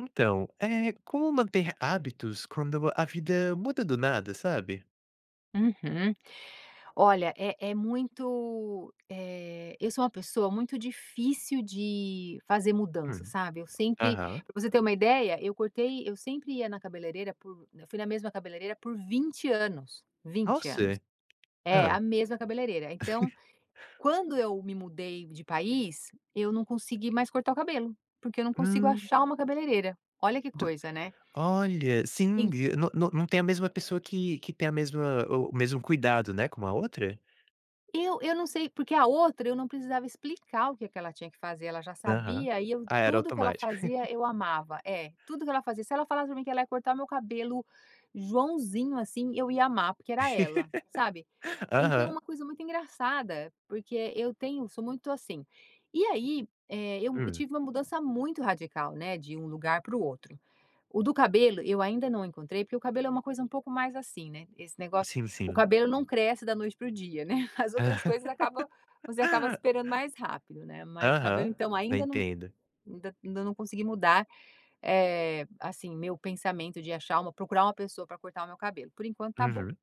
Então, é como manter hábitos quando a vida muda do nada, sabe? Uhum. Olha, é muito, eu sou uma pessoa muito difícil de fazer mudança, Hum, sabe. Eu sempre aham. Para você ter uma ideia, eu fui na mesma cabeleireira por 20 anos. 20 anos. Nossa! É, a Hã. mesma cabeleireira. Então, quando eu me mudei de país, eu não consegui mais cortar o cabelo, porque eu não consigo Hum, achar uma cabeleireira. Olha que do coisa, né. Olha, sim, e não tem a mesma pessoa que tem a mesma o mesmo cuidado, né, com a outra? Eu não sei, porque a outra eu não precisava explicar o que é que ela tinha que fazer, ela já Aham. sabia e eu Ah, era tudo que ela automático. fazia eu amava. É, tudo que ela fazia, se ela falasse pra mim que ela ia cortar meu cabelo Joãozinho, assim, eu ia amar, porque era ela, sabe. Então é Aham. uma coisa muito engraçada, porque eu tenho sou muito assim. E aí, eu Hum, tive uma mudança muito radical, né, de um lugar para o outro. O do cabelo eu ainda não encontrei, porque o cabelo é uma coisa um pouco mais assim, né, esse negócio, sim, o sim. cabelo não cresce da noite para o dia, né. As outras coisas acabam, você acaba superando mais rápido, né, mas o cabelo Aham. então Não ainda não, entendo. ainda não consegui mudar. É assim, meu pensamento de achar uma procurar uma pessoa para cortar o meu cabelo, por enquanto tá bom. Uhum.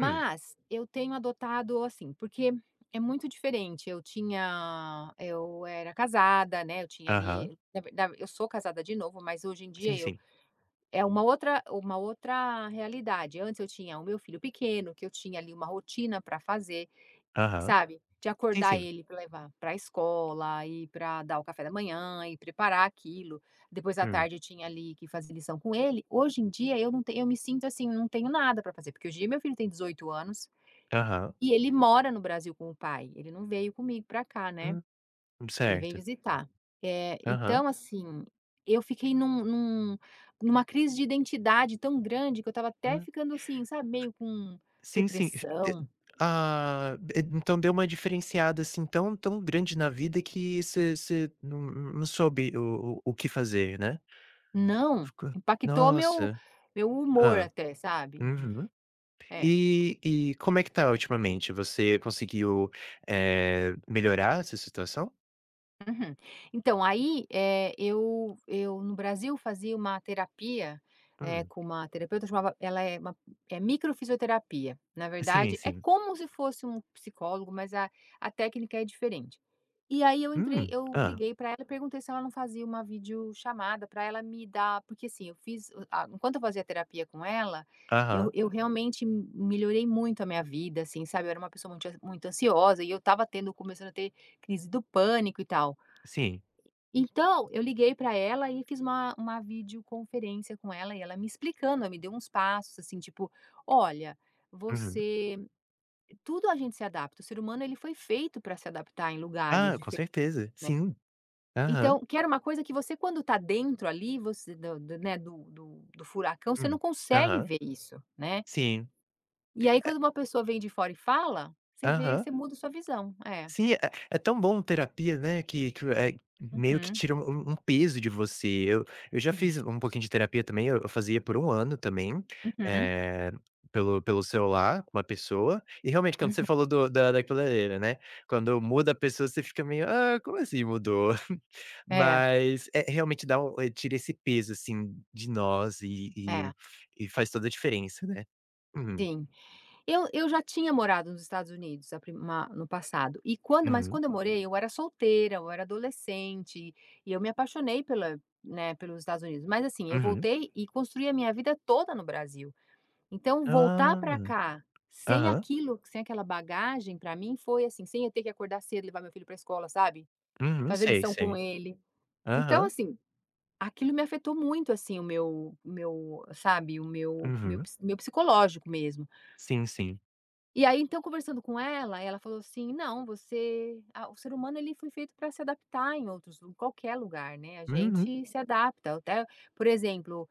Hum. eu tenho adotado, assim, porque é muito diferente. Eu era casada, né, eu tinha Aham. ali na verda eu sou casada de novo, mas hoje em dia Sim, eu, sim. é uma outra, uma outra realidade. Antes eu tinha o meu filho pequeno, que eu tinha ali uma rotina para fazer, Aham. sabe, de Sim, acordar sim. ele para levar para a escola e para dar o café da manhã e preparar aquilo. Depois à Hum. tarde eu tinha ali que fazer lição com ele. Hoje em dia eu me sinto assim, não tenho nada para fazer, porque hoje em dia meu filho tem 18 anos Aham. e ele mora no Brasil com o pai, ele não veio comigo para cá, né. Hum. Ele vem Certo. visitar. Aham. Então assim, eu fiquei numa crise de identidade tão grande que eu estava até Hum. ficando assim, sabe, meio com Sim, sim. E depressão. e então deu uma diferenciada, assim, tão tão grande na vida que você não soube o que fazer, né? Não, Ficou impactou meu nossa. meu humor Ah. até, sabe. Uhum. É. E como é que tá ultimamente? Você conseguiu, melhorar essa situação? Uhum. Então, aí, eu no Brasil fazia uma terapia, Hum. com uma terapeuta, chamava ela é uma é microfisioterapia. Na Sim, verdade, é sim. como se fosse um psicólogo, mas a técnica é diferente. E aí Hum. eu Ah. liguei para ela e perguntei se ela não fazia uma videochamada para ela me dar porque, assim, eu fiz o a enquanto eu fazia terapia com ela, eu Aham. eu realmente melhorei muito a minha vida, assim, sabe. Eu era uma pessoa muito muito ansiosa e eu estava tendo começando a ter crise do pânico e tal. Sim. Então, eu liguei para ela e fiz uma videoconferência com ela, e ela me explicando, ela me deu uns passos, assim, tipo: "Olha, Uhum. você" tudo a gente se adapta, o ser humano, ele foi feito para se adaptar em lugares Ah, com diferentes, certeza. né. Sim. Aham. Então, que era uma coisa que você quando tá dentro ali, você do do né, do furacão, você não Hum. consegue Aham. ver isso, né. Sim. E aí quando uma pessoa vem de fora e fala, você vê, Aham. você muda sua visão. É. Sim, é tão bom terapia, né, que meio que Uhum. tira um peso de você. Eu já fiz Isso. um pouquinho de terapia também, eu fazia por um ano também, Uhum. eh, pelo celular, com uma pessoa, e realmente quando você Uhum. falou do da da cabeleireira, né, quando muda a pessoa você fica meio: "Ah, como assim mudou?" É, Mas, é realmente dá tira esse peso, assim, de nós e e é. e faz toda a diferença, né. Uhum, Sim. Eu já tinha morado nos Estados Unidos a pri uma no passado, e uhum, quando eu morei, eu era solteira, eu era adolescente, e eu me apaixonei pela, né, pelos Estados Unidos. Mas assim, eu uhum. voltei e construí a minha vida toda no Brasil. Então voltar Ah, para cá, sem aham, aquilo, sem aquela bagagem, para mim foi assim, sem eu ter que acordar cedo, levar meu filho para escola, sabe, uhum, fazer sei, lição com sei. ele. Então Aham. assim, aquilo me afetou muito, assim, o meu, sabe, o meu Uhum. ps meu psicológico mesmo. Sim, sim. E aí, então, conversando com ela, ela falou assim: "Não, você, ah, o ser humano, ele foi feito para se adaptar em outros, em qualquer lugar, né, a Uhum. gente se adapta". Até, por exemplo,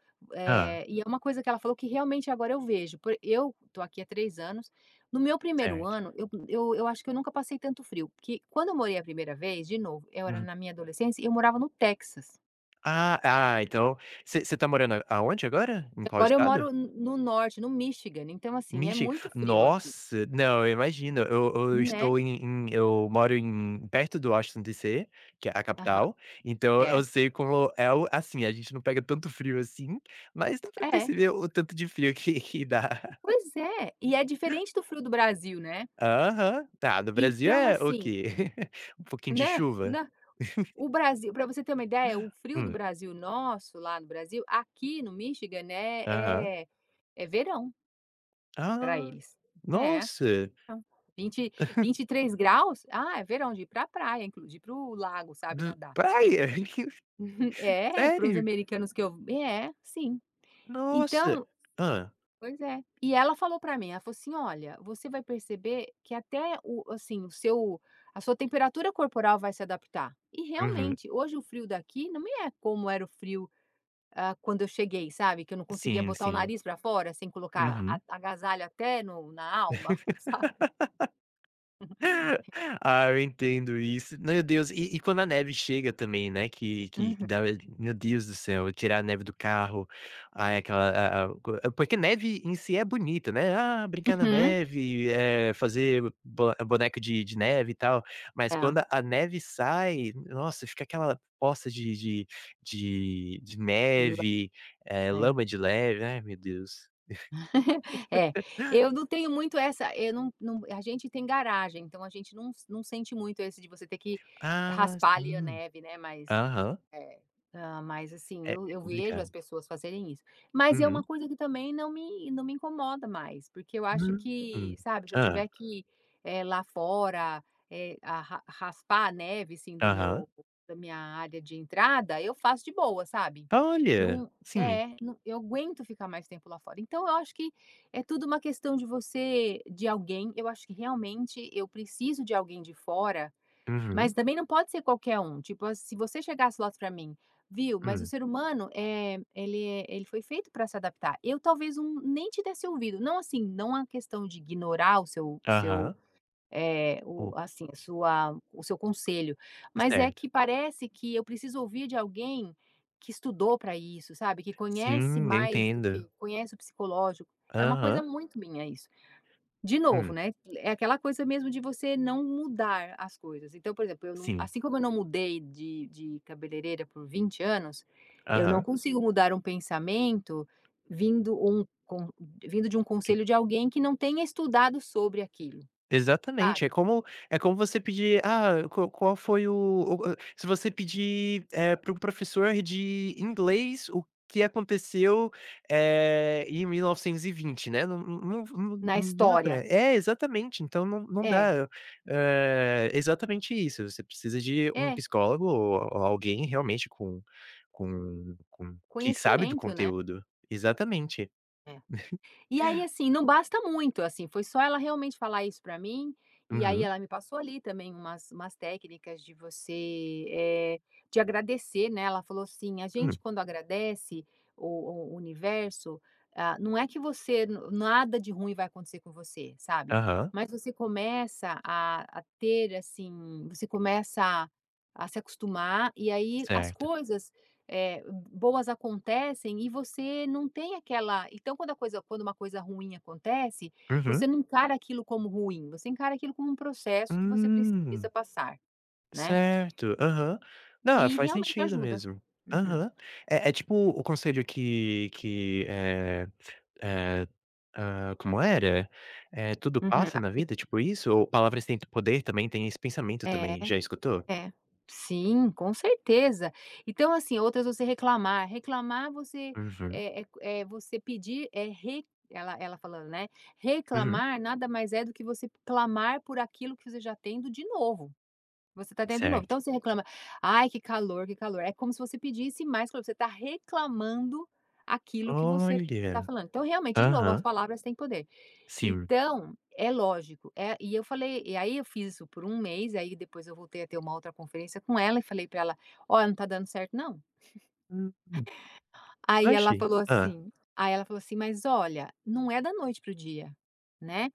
Hã. E é uma coisa que ela falou que realmente agora eu vejo, por eu tô aqui há 3 anos. No meu primeiro Certo. ano eu acho que eu nunca passei tanto frio, porque quando eu morei a primeira vez, de novo, eu era Uhum. na minha adolescência e eu morava no Texas. Ah, então você tá morando aonde agora? Em qual Agora eu estado? moro no no norte, no Michigan, então, assim, é Michi muito frio aqui, Nossa! Não, eu imagino. Eu né. estou em em eu moro em perto do Washington DC, que é a Aham. capital, então eu É. sei como é o assim, a gente não pega tanto frio assim, mas dá pra É. perceber o tanto de frio que dá. Pois é, e é diferente do frio do Brasil, né. Aham. Tá, no Brasil Então é o assim, quê? Um pouquinho de né, chuva? na o Brasil, para você ter uma ideia, o frio do Hum. Brasil nosso, lá no Brasil, aqui no Michigan, né, Aham. é é verão para Ah! eles. É, Nossa, então, vinte, 23 graus, ah, é verão de ir pra praia, inclu de ir para o lago, sabe, d nadar. praia? É, para os Sério? americanos, que eu, é, sim. Nossa. Então. Hã. Pois é. E ela falou pra mim, ela falou assim: "Olha, você vai perceber que até o, assim, o seu a sua temperatura corporal vai se adaptar". E Uhum. realmente, hoje o frio daqui não é como era o frio, ah, quando eu cheguei, sabe, que eu não conseguia Sim, botar o sim. nariz pra fora sem colocar a Uhum. agasalho até no na alma, sabe. Ah, eu entendo isso. Meu Deus, e quando a neve chega também, né, que Uhum. dá meu Deus do céu, tirar a neve do carro, ai aquela a co porque neve em si é bonita, né, ah, brincar na Uhum. neve, fazer bo boneco de neve e tal, mas É. quando a neve sai, nossa, fica aquela poça de Lá neve, é. lama de neve, ai meu Deus. É. Eu não tenho muito essa, eu não não a gente tem garagem, então a gente não sente muito esse de você ter que Ah, raspar ali a sim. neve, né, mas Aham. é. Hã, mas assim, É eu é eu vejo complicado. as pessoas fazerem isso. Mas é uma Uhum. coisa que também não me incomoda mais, porque eu acho Uhum. que, sabe, se eu Hã. tiver que, lá fora, a ra raspar a neve, assim, do Aham. meu da minha área de entrada, eu faço de boa, sabe. Olha, Não sim. é, não, eu aguento ficar mais tempo lá fora. Então eu acho que é tudo uma questão de você, de alguém. Eu acho que realmente eu preciso de alguém de fora, Uhum, mas também não pode ser qualquer um, tipo, ah, se você chegasse lá para mim: "Viu, mas o hum. ser humano, ele foi feito para se adaptar", eu talvez não nem te desse ouvido, não assim, não a questão de ignorar o seu, Aham. é o, O assim, a sua o seu conselho, mas é Certo. que parece que eu preciso ouvir de alguém que estudou para isso, sabe, que conhece Sim, mais, do que entendo. conhece o psicológico. É uma coisa Aham. muito minha isso. De novo, Hum, né, é aquela coisa mesmo de você não mudar as coisas. Então, por exemplo, sim. Eu não mudei de cabeleireira por 20 anos, eu não Aham. consigo mudar um pensamento vindo um con vindo de um Tipo, conselho de alguém que não tenha estudado sobre aquilo, exatamente, sabe, é como você pedir: "Ah, qual foi o" se você pedir, para o professor de inglês o que aconteceu, em 1920, né, não não não na não dá história. para exatamente, então não É, dá, exatamente isso, você precisa de um é, psicólogo ou alguém realmente com que sabe do conhecimento, né. conteúdo. Exatamente. É. E aí, assim, não basta muito, assim, foi só ela realmente falar isso pra mim, e aí Uhum. ela me passou ali também umas técnicas de você, de agradecer, né, ela falou assim: "A gente Hum. quando agradece o o universo, ah, não é que você, n nada de ruim vai acontecer com você, sabe, Aham. mas você começa a ter, assim, você começa a se acostumar, e aí as Certo. coisas, eh, boas acontecem, e você não tem aquela, então quando a coisa, quando uma coisa ruim acontece, Uhum. você não encara aquilo como ruim, você encara aquilo como um processo que você precisa Hum. passar, né". Certo, aham. Não, E faz realmente sentido ajuda. mesmo. Uhum, Aham. É tipo o conselho que, eh, como era? É tudo uhum. passa na vida, tipo isso? Ou palavras têm poder também, tem esse pensamento É, também, já escutou? é. Sim, com certeza. Então, assim, outras, você reclamar, reclamar, você, Uhum, você pedir, eh, re ela falando, né, uhum, reclamar nada mais é do que você clamar por aquilo que você já tem, do de novo. Você tá tendo de novo. certo. Então você reclama: "Ai, que calor, que calor". É como se você pedisse mais calor, você está reclamando aquilo que você está Olha. falando. Então realmente, de novo, as Aham, palavras têm poder. sim. Então, é lógico, e eu falei, e aí eu fiz isso por um mês. Aí depois eu voltei a ter uma outra conferência com ela e falei para ela: "Olha, não tá dando certo não". Hum, Aí ela achei. falou assim Aí ela falou assim: "Mas olha, não é da noite para o dia, né.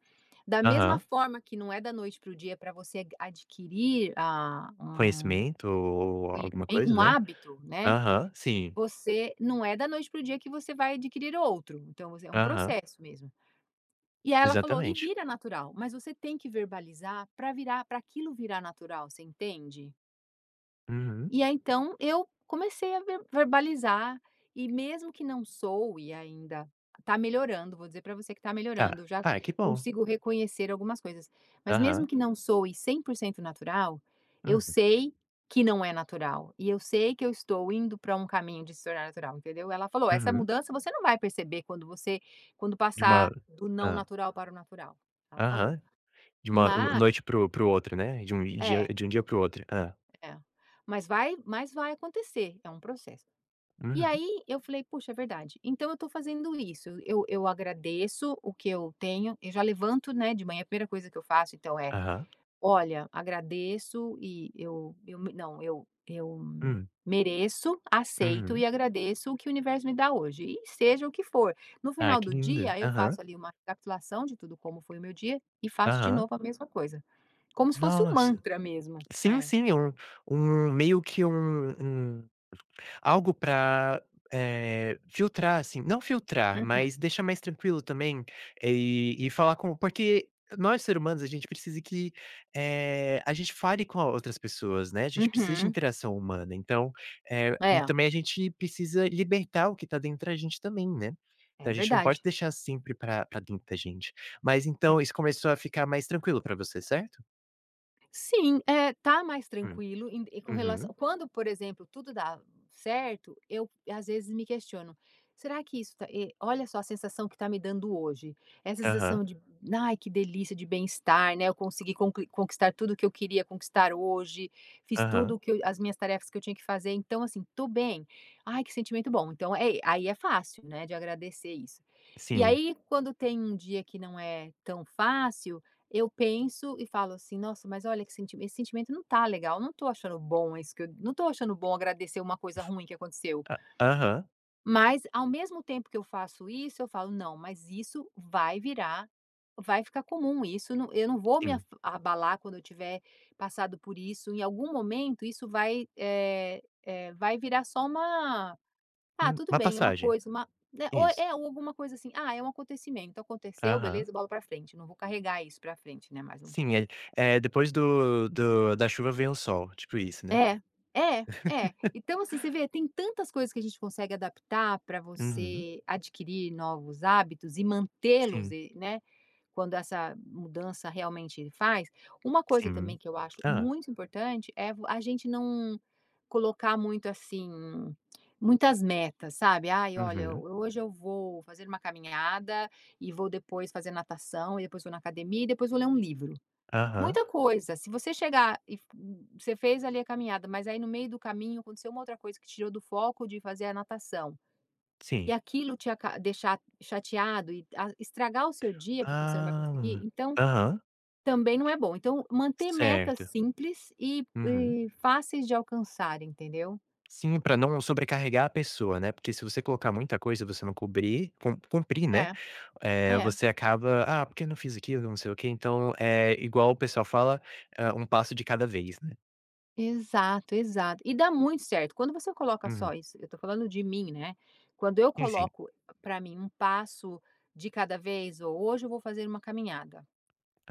Da mesma Aham. forma que não é da noite para o dia para você adquirir a um" Conhecimento ou alguma conhecimento, coisa, um né. hábito, né, Aham, sim. você não é da noite para o dia que você vai adquirir outro, então você é um Aham, processo mesmo. E aí ela falou: "E exatamente. vira natural, mas você tem que verbalizar para virar, para aquilo virar natural", você entende? Uhum. E aí então eu comecei a ver verbalizar e, mesmo que não sou, e ainda, tá melhorando, vou dizer para você que tá melhorando, Tá. eu já Ah, que bom. consigo reconhecer algumas coisas. Mas mesmo Aham. que não sou e 100% natural, eu Hum. sei que não é natural e eu sei que eu estou indo para um caminho de se tornar natural, entendeu? Ela falou: "Essa Uhum. mudança você não vai perceber quando você quando De uma passar do não Hã. natural para o natural", ela falou. Aham. de uma no Mas noite para o outro, né, é, de um dia para o outro. Hã. é. Mas vai acontecer, é um processo. E Uhum. aí eu falei: "Puxa, é verdade, então eu estou fazendo isso, eu agradeço o que eu tenho", eu já levanto, né, de manhã, a primeira coisa que eu faço então é: Aham. "Olha, agradeço e eu me não, eu Hum. mereço, aceito Uhum. e agradeço o que o universo me dá hoje", e seja o que for. No Ah, final que do lindo. dia, eu Aham. faço ali uma recapitulação de tudo como foi o meu dia e faço de Aham. novo a mesma coisa, como se fosse um Nossa. mantra mesmo. Sim, É. sim, é um meio que um Algo pra, filtrar, assim não filtrar, Uhum, mas deixar mais tranquilo também, e falar com porque nós, ser humanos, a gente precisa que, a gente fale com a outras pessoas, né, a gente precisa de uhum. interação humana, então, e É, também a gente precisa libertar o que tá dentro da gente também, né. Então é a gente não pode verdade. deixar sempre pra dentro da gente. Mas então isso começou a ficar mais tranquilo pra você, certo? Sim, é tá mais Hum. tranquilo em e com Uhum. relação quando, por exemplo, tudo dá certo, eu às vezes me questiono: "Será que isso tá olha só a sensação que tá me dando hoje, essa Aham, sensação de, ai, que delícia, de bem-estar, né, eu consegui conclu conquistar tudo o que eu queria conquistar hoje, fiz tudo aham. o que eu as minhas tarefas que eu tinha que fazer, então, assim, tô bem. Ai, que sentimento bom". Então, é aí é fácil, né, de agradecer isso. E Sim. aí, quando tem um dia que não é tão fácil eu penso e falo assim: "Nossa, mas olha que senti esse sentimento não tá legal, não tô achando bom isso que eu não tô achando bom agradecer uma coisa ruim que aconteceu". A Aham, Mas ao mesmo tempo que eu faço isso, eu falo: "Não, mas isso vai virar vai ficar comum isso, não eu não vou me af sim. abalar quando eu tiver passado por isso, em algum momento isso vai, vai virar só uma ah, tudo Uma bem, uma passagem. coisa, uma" né, ou Isso. é ou alguma coisa assim: "Ah, é um acontecimento, aconteceu, Aham. beleza, bola pra frente", não vou carregar isso pra frente, né, mais um pouco. Sim, é depois do do da chuva vem o sol, tipo isso, né. É, é, é. Então, assim, você vê, tem tantas coisas que a gente consegue adaptar para Uhum. você adquirir novos hábitos e mantê-los, Sim, e, né? Quando essa mudança realmente faz. Uma coisa também sim. que eu acho Ah, muito importante é vo- a gente não colocar muito assim, muitas metas, sabe? Ai, olha, uhum. ho- hoje eu vou fazer uma caminhada e vou depois fazer natação, e depois vou na academia e depois vou ler um livro. Aham. Muita coisa. Se você chegar e f você fez ali a caminhada, mas aí no meio do caminho aconteceu uma outra coisa que te tirou do foco de fazer a natação, e Sim. aquilo te aca deixar chateado e a estragar o seu dia, porque você não vai conseguir, Ah. então Aham. também não é bom. Então manter metas Certo. simples e Uhum. e fáceis de alcançar, entendeu? Sim, para não sobrecarregar a pessoa, né, porque se você colocar muita coisa e você não cobrir cum cumprir, É, né, é. você acaba: "Ah, porque eu não fiz aquilo, não sei o quê", então é igual o pessoal fala, um passo de cada vez, né. Exato, exato. E dá muito certo. Quando você coloca só Uhum. isso, eu tô falando de mim, né? Quando eu Sim, sim. coloco pra mim um passo de cada vez, ou hoje eu vou fazer uma caminhada.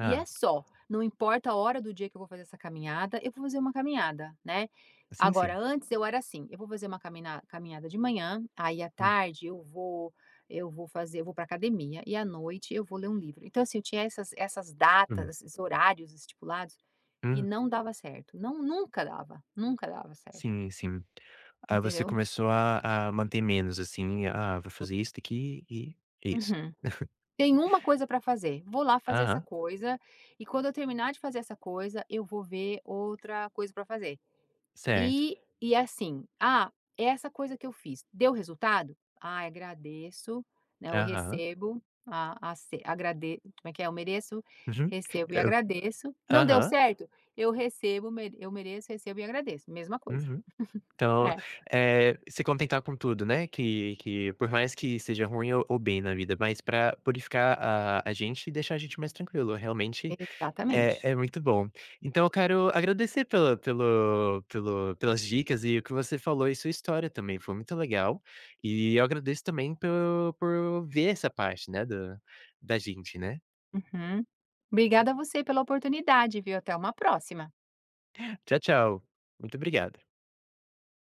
E é só, não importa a hora do dia que eu vou fazer essa caminhada, eu vou fazer uma caminhada, né? sim, sim. Agora, antes eu era assim, eu vou fazer uma camina- caminhada de manhã, aí à Hum, tarde eu vou fazer, eu vou para academia e à noite eu vou ler um livro. Então assim, eu tinha essas datas, hum. esses horários estipulados e Uhum. não dava certo. Não, nunca dava, nunca dava certo, Sim, sim. Aí você entendeu? começou a manter menos, assim, "Ah, vou fazer isso daqui e é isso". Uhum. Tem uma coisa para fazer, vou lá fazer essa Aham, coisa, e quando eu terminar de fazer essa coisa, eu vou ver outra coisa para fazer. certo. E assim, ah, é essa coisa que eu fiz, deu resultado? Ah, agradeço, né, eu Aham. recebo, a ace agrade como é que é? Eu mereço, Uhum. recebo e Eu agradeço. Não deu Aham, certo? Eu recebo, mere eu mereço, recebo e agradeço, mesma coisa. uhum. Então, É, é se contentar com tudo, né, que por mais que seja ruim ou bem na vida, mas pra purificar a gente e deixar a gente mais tranquilo. Realmente exatamente. é muito bom. Então eu quero agradecer pela pelo pelo pelas dicas e o que você falou e sua história também, foi muito legal. E eu agradeço também por ver essa parte, né, da gente, né. Uhum. Obrigada a você pela oportunidade, viu? Até uma próxima. Tchau, tchau. Muito obrigado.